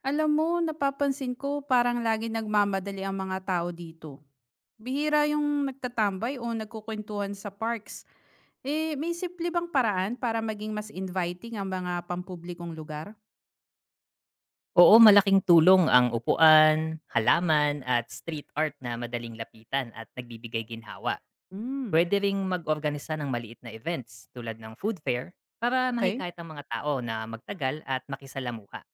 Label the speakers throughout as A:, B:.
A: Alam mo, napapansin ko parang lagi nagmamadali ang mga tao dito. Bihira yung nagtatambay o nagkukwentuhan sa parks. Eh, may simple bang paraan para maging mas inviting ang mga pampublikong lugar?
B: Oo, malaking tulong ang upuan, halaman at street art na madaling lapitan at nagbibigay ginhawa.
A: Hmm,
B: Pwede ring mag-organisa ng maliit na events tulad ng food fair para
A: okay.
B: mahikayat ang mga tao na magtagal at makisalamuha.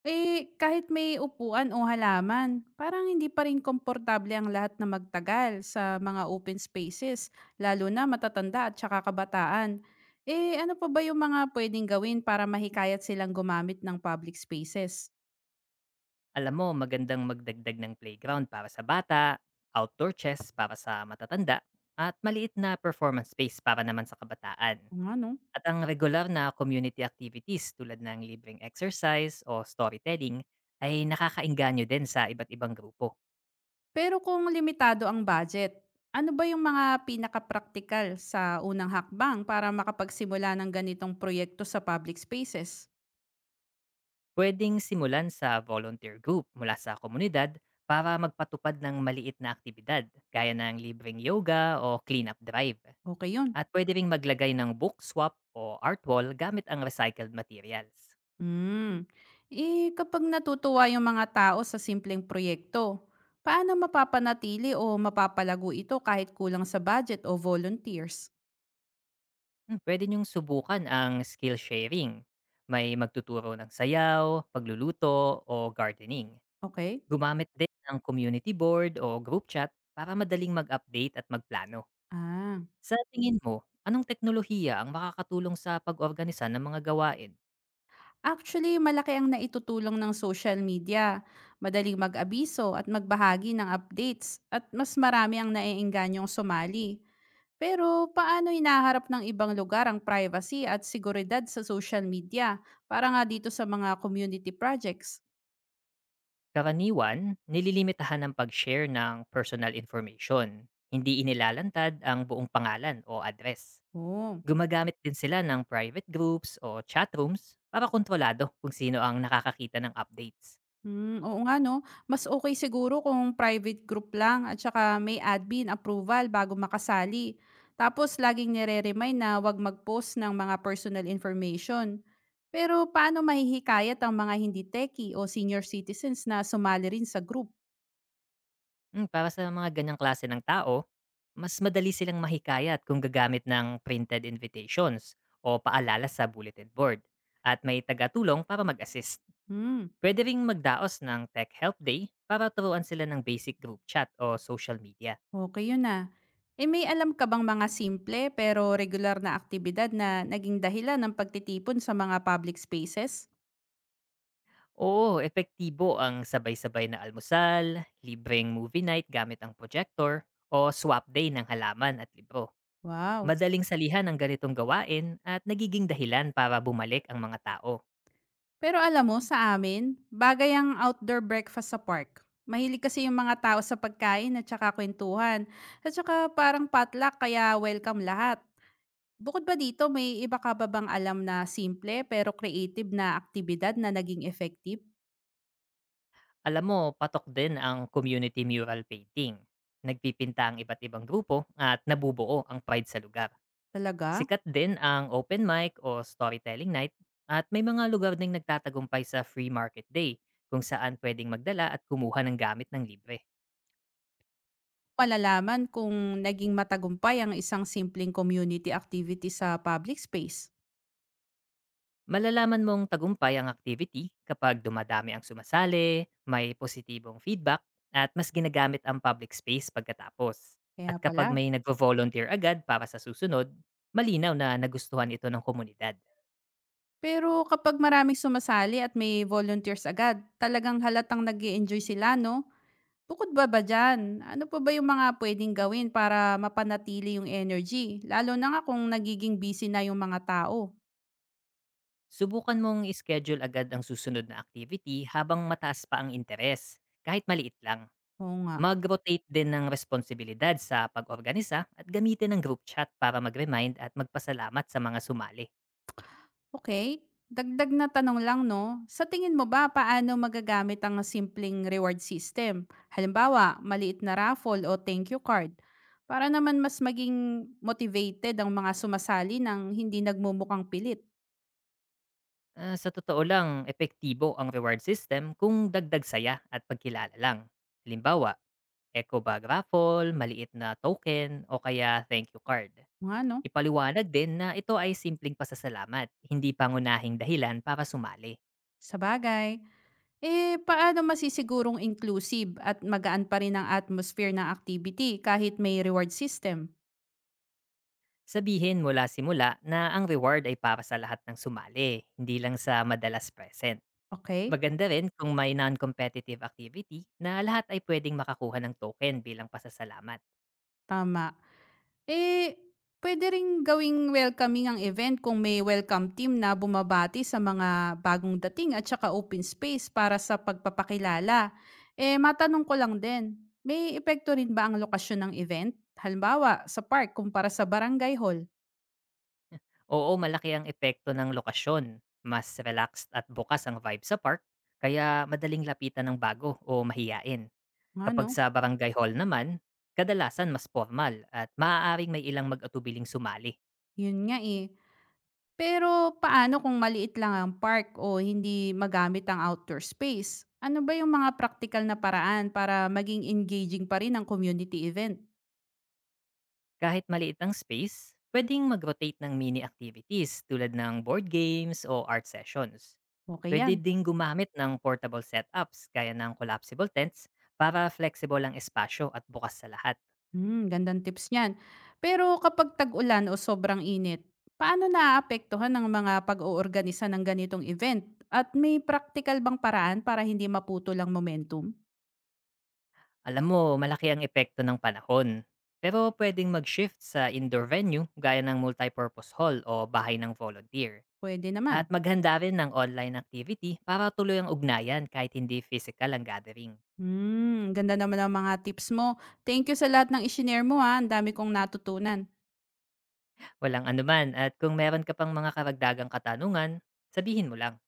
A: Eh, kahit may upuan o halaman, parang hindi pa rin komportable ang lahat na magtagal sa mga open spaces, lalo na matatanda at saka kabataan. Eh, ano pa ba yung mga pwedeng gawin para mahikayat silang gumamit ng public spaces?
B: Alam mo, magandang magdagdag ng playground para sa bata, outdoor chess para sa matatanda, at maliit na performance space para naman sa kabataan.
A: Oo nga 'no.
B: At ang regular na community activities tulad ng libreng exercise o storytelling ay nakakainganyo din sa iba't ibang grupo.
A: Pero kung limitado ang budget, ano ba yung mga pinakapraktikal sa unang hakbang para makapagsimula ng ganitong proyekto sa public spaces?
B: Pwedeng simulan sa volunteer group mula sa komunidad para magpatupad ng maliit na aktibidad gaya ng libreng yoga o cleanup drive.
A: Okay yun.
B: At pwede ring maglagay ng book swap o art wall gamit ang recycled materials.
A: Hmm. Eh, kapag natutuwa yung mga tao sa simpleng proyekto, paano mapapanatili o mapapalago ito kahit kulang sa budget o volunteers?
B: Pwede niyong subukan ang skill sharing. May magtuturo ng sayaw, pagluluto, o gardening.
A: Okay.
B: Gumamit din ng community board o group chat para madaling mag-update at magplano.
A: Ah.
B: Sa tingin mo, anong teknolohiya ang makakatulong sa pag-organisa ng mga gawain?
A: Actually, malaki ang naitutulong ng social media. Madaling mag-abiso at magbahagi ng updates at mas marami ang naiingganyong sumali. Pero paano hinaharap ng ibang lugar ang privacy at seguridad sa social media para nga dito sa mga community projects?
B: Karaniwan, nililimitahan ang pag-share ng personal information. Hindi inilalantad ang buong pangalan o address.
A: Oo.
B: Gumagamit din sila ng private groups o chat rooms para kontrolado kung sino ang nakakakita ng updates.
A: Hmm, oo nga 'no. Mas okay siguro kung private group lang at saka may admin approval bago makasali. Tapos laging nire-remind na 'wag mag-post ng mga personal information. Pero paano mahihikayat ang mga hindi techie o senior citizens na sumali rin sa group?
B: Para sa mga ganyang klase ng tao, mas madali silang mahikayat kung gagamit ng printed invitations o paalala sa bulletin board at may tagatulong para mag-assist.
A: Hmm,
B: Pwede ring magdaos ng Tech Help Day para turuan sila ng basic group chat o social media.
A: okay yun. Eh, may alam ka bang mga simple pero regular na aktibidad na naging dahilan ng pagtitipon sa mga public spaces?
B: Oo, epektibo ang sabay-sabay na almusal, libreng movie night gamit ang projector, o swap day ng halaman at libro.
A: Wow.
B: Madaling salihan ang ganitong gawain at nagiging dahilan para bumalik ang mga tao.
A: Pero alam mo, sa amin, bagay ang outdoor breakfast sa park. Mahilig kasi yung mga tao sa pagkain at saka kwentuhan. At saka parang potluck, kaya welcome lahat. Bukod ba dito, may iba ka ba bang alam na simple pero creative na aktibidad na naging effective?
B: Alam mo, patok din ang community mural painting. Nagpipinta ang iba't ibang grupo at nabubuo ang pride sa lugar.
A: Talaga?
B: Sikat din ang open mic o storytelling night, at may mga lugar ding nagtatagumpay sa free market day kung saan pwedeng magdala at kumuha ng gamit ng libre.
A: Malalaman kung naging matagumpay ang isang simpleng community activity sa public space.
B: Malalaman mong tagumpay ang activity kapag dumadami ang sumasali, may positibong feedback, at mas ginagamit ang public space pagkatapos.
A: Kaya
B: At kapag
A: pala.
B: may nagvo-volunteer agad para sa susunod, malinaw na nagustuhan ito ng komunidad.
A: Pero kapag maraming sumasali at may volunteers agad, talagang halatang nag enjoy sila, no? Bukod ba ba diyan, ano pa ba yung mga puwedeng gawin para mapanatili yung energy, lalo na nga kung nagiging busy na yung mga tao?
B: Subukan mong ischedule agad ang susunod na activity habang mataas pa ang interes, kahit maliit lang.
A: Oo nga.
B: Mag-rotate din ng responsibilidad sa pag-organisa at gamitin ng group chat para mag-remind at magpasalamat sa mga sumali.
A: Okay, dagdag na tanong lang 'no, sa tingin mo ba paano magagamit ang simpleng reward system? Halimbawa, maliit na raffle o thank you card, para naman mas maging motivated ang mga sumasali ng hindi nagmumukhang pilit.
B: Ah, sa totoo lang, epektibo ang reward system kung dagdag saya at pagkilala lang. Halimbawa, eco bag raffle, maliit na token, o kaya thank you card.
A: Ano,
B: Ipaliwanag din na ito ay simpleng pasasalamat, hindi pangunahing dahilan para sumali.
A: sa bagay. Eh, paano masisigurong inclusive at magaan pa rin ang atmosphere ng activity kahit may reward system?
B: Sabihin mula simula na ang reward ay para sa lahat ng sumali, hindi lang sa madalas present.
A: Okay?
B: Maganda rin kung may non-competitive activity na lahat ay pwedeng makakuha ng token bilang pasasalamat.
A: Tama. Eh, puwede ring gawing welcoming ang event kung may welcome team na bumabati sa mga bagong dating at saka open space para sa pagpapakilala. Eh, matanong ko lang din, may epekto rin ba ang lokasyon ng event? Halimbawa, sa park kumpara sa barangay hall?
B: Oo, malaki ang epekto ng lokasyon. Mas relaxed at bukas ang vibe sa park, kaya madaling lapitan ng bago o mahiyain. Kapag
A: Ano?
B: sa barangay hall naman, kadalasan mas formal at maaaring may ilang mag-atubiling sumali.
A: Yun nga, eh. Pero paano kung maliit lang ang park o hindi magamit ang outdoor space? Ano ba yung mga practical na paraan para maging engaging pa rin ang community event?
B: Kahit maliit ang space, pwedeng mag-rotate ng mini activities tulad ng board games o art sessions.
A: Okay
B: Pwede
A: yan.
B: ding gumamit ng portable setups gaya ng collapsible tents para flexible ang espasyo at bukas sa lahat.
A: Gandang tips niyan. Pero kapag tag-ulan o sobrang init, paano naaapektuhan ng mga pag-oorganisa ng ganitong event? At may practical bang paraan para hindi maputol ang momentum?
B: Alam mo, malaki ang epekto ng panahon. Pero pwedeng mag-shift sa indoor venue gaya ng multipurpose hall o bahay ng volunteer.
A: Pwede naman.
B: At maghanda rin ng online activity para tuloy ang ugnayan kahit hindi physical ang gathering.
A: Ang ganda naman ang mga tips mo. Thank you sa lahat ng isinare mo ha. Ang dami kong natutunan.
B: Walang anuman, at kung meron ka pang mga karagdagang katanungan, sabihin mo lang.